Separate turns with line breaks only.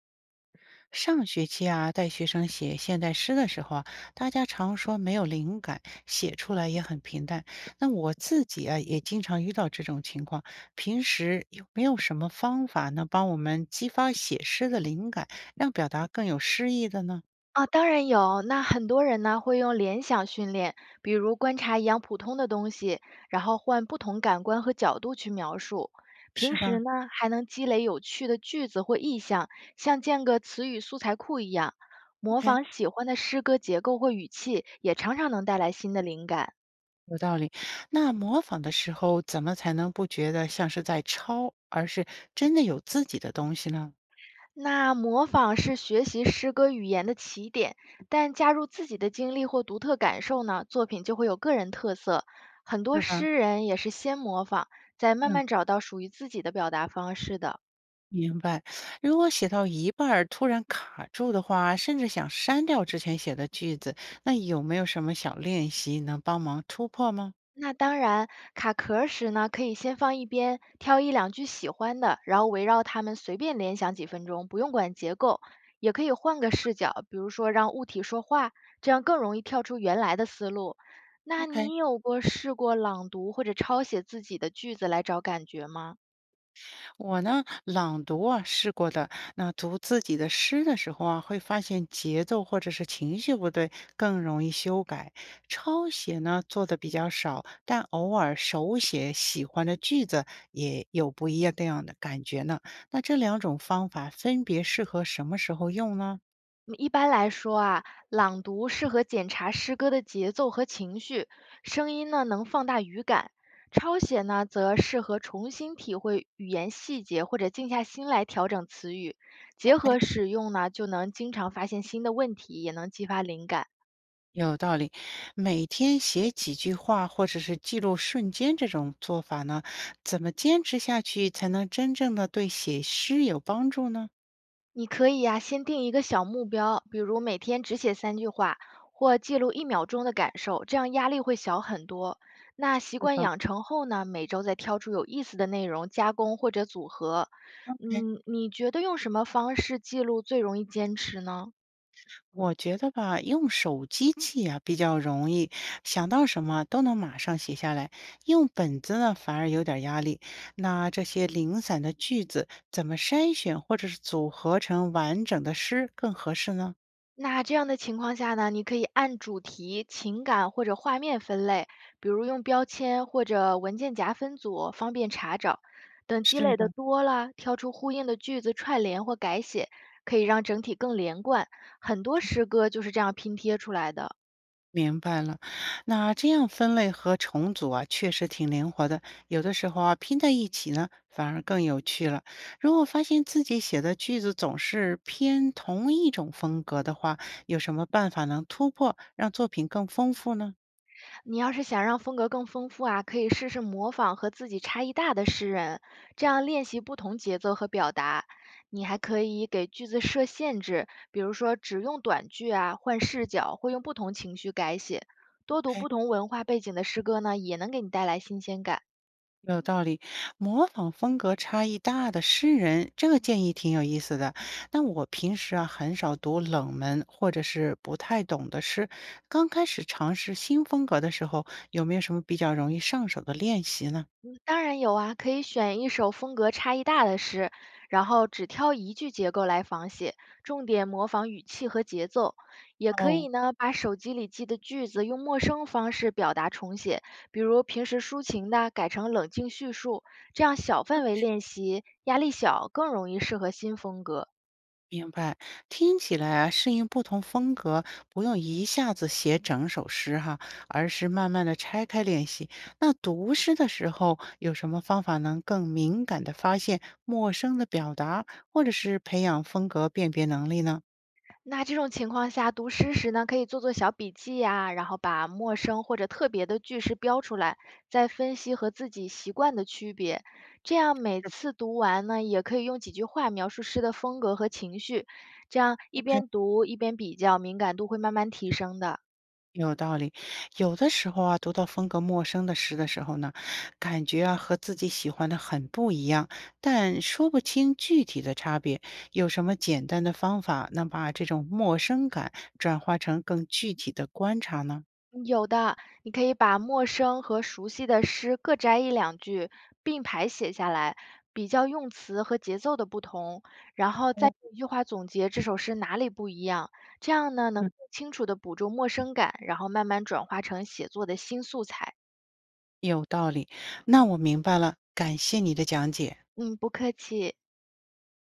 上学期啊，带学生写现代诗的时候啊，大家常说没有灵感，写出来也很平淡。那我自己啊，也经常遇到这种情况。平时有没有什么方法能帮我们激发写诗的灵感，让表达更有诗意的呢？
啊，当然有。那很多人呢会用联想训练，比如观察一样普通的东西，然后换不同感官和角度去描述。
是
平时
吧
呢还能积累有趣的句子或意象，像建个词语素材库一样，模
？OK，
仿喜欢的诗歌结构或语气，也常常能带来新的灵感。
有道理。那模仿的时候，怎么才能不觉得像是在抄，而是真的有自己的东西呢？
那模仿是学习诗歌语言的起点，但加入自己的经历或独特感受呢，作品就会有个人特色。很
是
多
吧？
诗人也是先模仿，再慢
嗯。
慢找到属于自己的表达方式的。
明白，如果写到一半儿突然卡住的话，甚至想删掉之前写的句子，那有没有什么小练习能帮忙突破吗
那当然，卡壳儿时呢，可以先放一边，挑一两句喜欢的，然后围绕它们随便联想几分钟，不用管结构。也可以换个视角，比如说让物体说话，这样更容易跳出原来的思路。那
？OK，
你有过试过朗读或者抄写自己的句子来找感觉吗？
我呢，朗读啊试过的，那读自己的诗的时候啊，会发现节奏或者是情绪不对，更容易修改。抄写呢做的比较少，但偶尔手写喜欢的句子也有不一样的感觉呢。那这两种方法分别适合什么时候用呢？
嗯，一般来说啊，朗读适合检查诗歌的节奏和情绪，声音呢能放大语感；抄写呢则适合重新体会语言细节或者静下心来调整词语，
o
结合
k
使用呢就能经常发现新的问题，也能激发灵感。
有道理，每天写几句话或者是记录瞬间这种做法呢，怎么坚持下去才能真正的对写诗有帮助呢？
你可以呀、先定一个小目标，比如每天只写三句话，或记录一秒钟的感受，这样压力会小很多。那习
对
惯
吧？
养成后呢，每周再挑出有意思的内容加工或者组合。
OK，
嗯，你觉得用什么方式记录最容易坚持呢？
我觉得吧，用手机记啊比较容易，想到什么都能马上写下来。用本子呢，反而有点压力。那这些零散的句子怎么筛选或者是组合成完整的诗更合适呢？
那这样的情况下呢，你可以按主题、情感或者画面分类，比如用标签或者文件夹分组，方便查找。等积
是
累的
的，
多了，挑出呼应的句子串联或改写，可以让整体更连贯。很多诗歌就是这样拼贴出来的。
明白了，那这样分类和重组啊，确实挺灵活的。有的时候啊，拼在一起呢，反而更有趣了。如果发现自己写的句子总是偏同一种风格的话，有什么办法能突破，让作品更丰富呢？
你要是想让风格更丰富啊，可以试试模仿和自己差异大的诗人，这样练习不同节奏和表达。你还可以给句子设限制，比如说只用短句啊，换视角，或用不同情绪改写。多读不同文化背景的诗歌呢，也能给你带来新鲜感。
有道理，模仿风格差异大的诗人，这个建议挺有意思的。那我平时啊很少读冷门或者是不太懂的诗，刚开始尝试新风格的时候，有没有什么比较容易上手的练习呢？
嗯当然有啊，可以选一首风格差异大的诗，然后只挑一句结构来仿写，重点模仿语气和节奏。也可
哦
以呢，把手机里记的句子用陌生方式表达重写，比如平时抒情的改成冷静叙述，这样小范围练习，压力小，更容易适合新风格。
明白，听起来啊，适应不同风格，不用一下子写整首诗哈，而是慢慢的拆开练习。那读诗的时候，有什么方法能更敏感的发现陌生的表达，或者是培养风格辨别能力呢？
那这种情况下，读诗时呢，可以做做小笔记呀，然后把陌生或者特别的句式标出来，再分析和自己习惯的区别。这样每次读完呢，也可以用几句话描述诗的风格和情绪，这样一边读一边比较，敏感度会慢慢提升的。
有道理，有的时候啊，读到风格陌生的诗的时候呢，感觉啊和自己喜欢的很不一样，但说不清具体的差别。有什么简单的方法能把这种陌生感转化成更具体的观察呢？
嗯有的，你可以把陌生和熟悉的诗各摘一两句，并排写下来，比较用词和节奏的不同，然后再用一句话总结这首诗哪里不一样。这样呢，能
嗯，
更清楚地捕捉陌生感，然后慢慢转化成写作的新素材。
有道理，那我明白了，感谢你的讲解。
嗯，不客气。